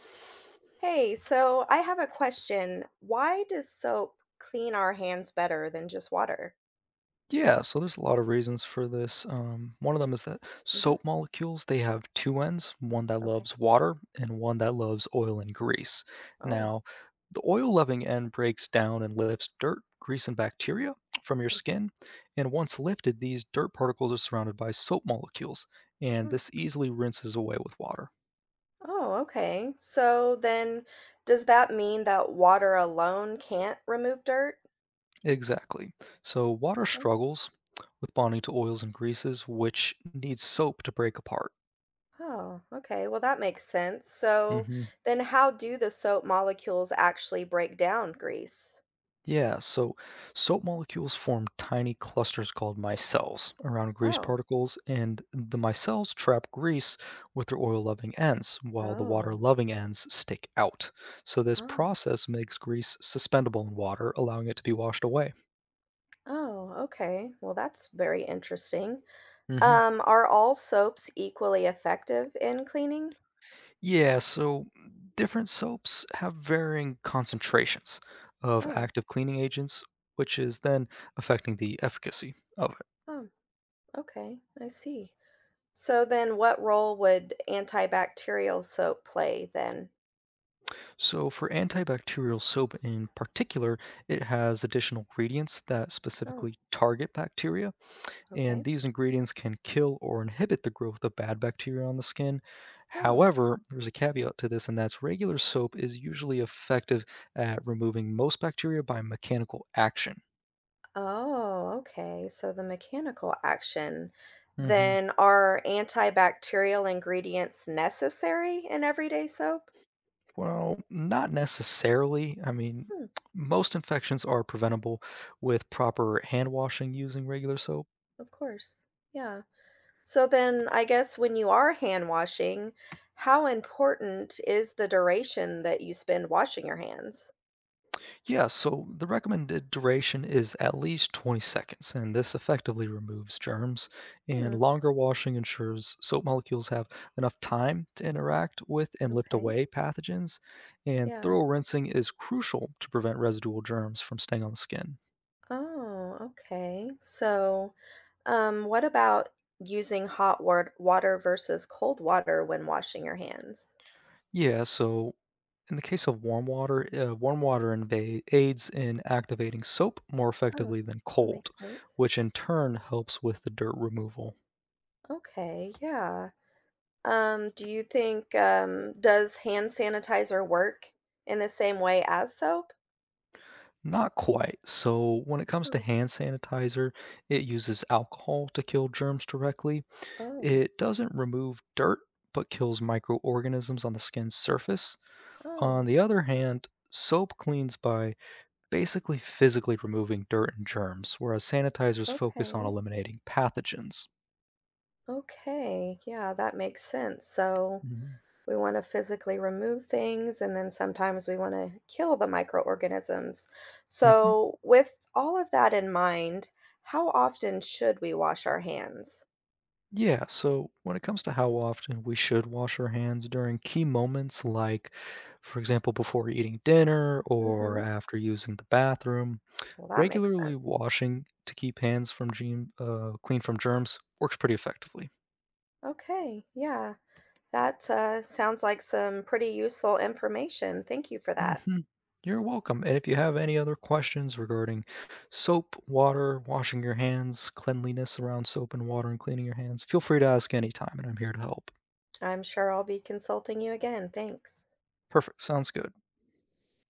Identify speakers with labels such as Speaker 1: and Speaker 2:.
Speaker 1: Hey, so I have a question. Why does soap clean our hands better than just water?
Speaker 2: Yeah, so there's a lot of reasons for this. One of them is that soap
Speaker 1: Hmm.
Speaker 2: molecules they have two ends, one that
Speaker 1: Okay.
Speaker 2: loves water and one that loves oil and grease.
Speaker 1: Oh,
Speaker 2: Now, the oil-loving end breaks down and lifts dirt, grease, and bacteria from your
Speaker 1: okay.
Speaker 2: skin. And once lifted, these dirt particles are surrounded by soap molecules, and
Speaker 1: Hmm.
Speaker 2: this easily rinses away with water.
Speaker 1: Oh, okay. So then does that mean that water alone can't remove dirt?
Speaker 2: Exactly. So water
Speaker 1: Okay.
Speaker 2: struggles with bonding to oils and greases, which needs soap to break apart.
Speaker 1: Oh, okay. Well, that makes sense. So
Speaker 2: Mhm.
Speaker 1: then how do the soap molecules actually break down grease?
Speaker 2: Yeah, so soap molecules form tiny clusters called micelles around grease
Speaker 1: Oh,
Speaker 2: particles, and the micelles trap grease with their oil loving ends, while the water
Speaker 1: oh,
Speaker 2: loving ends stick out. So, this
Speaker 1: oh,
Speaker 2: process makes grease suspendable in water, allowing it to be washed away.
Speaker 1: oh, okay. Well, that's very interesting.
Speaker 2: Hmm.
Speaker 1: Are all soaps equally effective in cleaning?
Speaker 2: Yeah, so different soaps have varying concentrations of
Speaker 1: Oh,
Speaker 2: active cleaning agents, which is then affecting the efficacy of it.
Speaker 1: oh, okay, I see. So then what role would antibacterial soap play then?
Speaker 2: So, for antibacterial soap in particular, it has additional ingredients that
Speaker 1: Oh,
Speaker 2: specifically target bacteria, and
Speaker 1: okay.
Speaker 2: these ingredients can kill or inhibit the growth of bad bacteria on the skin.
Speaker 1: Oh.
Speaker 2: However, there's a caveat to this, and that's regular soap is usually effective at removing most bacteria by mechanical action.
Speaker 1: Oh, okay. So the mechanical action.
Speaker 2: Hmm.
Speaker 1: Then are antibacterial ingredients necessary in everyday soap?
Speaker 2: Well, not necessarily. I mean,
Speaker 1: Hmm,
Speaker 2: most infections are preventable with proper hand washing using regular soap.
Speaker 1: of course. Yeah. So then, I guess when you are hand washing, how important is the duration that you spend washing your hands?
Speaker 2: Yeah, so the recommended duration is at least 20 seconds, and this effectively removes germs. And
Speaker 1: Hmm,
Speaker 2: longer washing ensures soap molecules have enough time to interact with and lift
Speaker 1: okay.
Speaker 2: away pathogens. And
Speaker 1: Yeah.
Speaker 2: thorough rinsing is crucial to prevent residual germs from staying on the skin.
Speaker 1: Oh, okay. So, what about using hot water versus cold water when washing your hands?
Speaker 2: Yeah, so in the case of warm water aids in activating soap more
Speaker 1: Oh,
Speaker 2: effectively than
Speaker 1: that
Speaker 2: cold,
Speaker 1: makes sense.
Speaker 2: which in turn helps with the dirt removal.
Speaker 1: Okay, yeah. Do you think does hand sanitizer work in the same way as soap?
Speaker 2: Not quite. So, when it comes to
Speaker 1: Oh,
Speaker 2: hand sanitizer, it uses alcohol to kill germs directly.
Speaker 1: oh,
Speaker 2: It doesn't remove dirt, but kills microorganisms on the skin's surface. On
Speaker 1: oh,
Speaker 2: the other hand, soap cleans by basically physically removing dirt and germs, whereas sanitizers focus on
Speaker 1: okay.
Speaker 2: eliminating pathogens.
Speaker 1: Okay, yeah, that makes sense. So
Speaker 2: Mhm.
Speaker 1: we want to physically remove things, and then sometimes we want to kill the microorganisms.
Speaker 2: Hmm.
Speaker 1: So, with all of that in mind, how often should we wash our hands?
Speaker 2: Yeah, so when it comes to how often we should wash our hands during key moments, like, for example, before eating dinner or
Speaker 1: Mm-hmm.
Speaker 2: after using the bathroom,
Speaker 1: Well, that makes
Speaker 2: regularly
Speaker 1: sense.
Speaker 2: washing to keep hands from clean from germs works pretty effectively.
Speaker 1: Okay, yeah, that sounds like some pretty useful information. Thank you for that.
Speaker 2: Hmm. You're welcome. And if you have any other questions regarding soap, water, washing your hands, cleanliness around soap and water, and cleaning your hands, feel free to ask anytime, and I'm here to help.
Speaker 1: I'm sure I'll be consulting you again. Thanks.
Speaker 2: Perfect. Sounds good.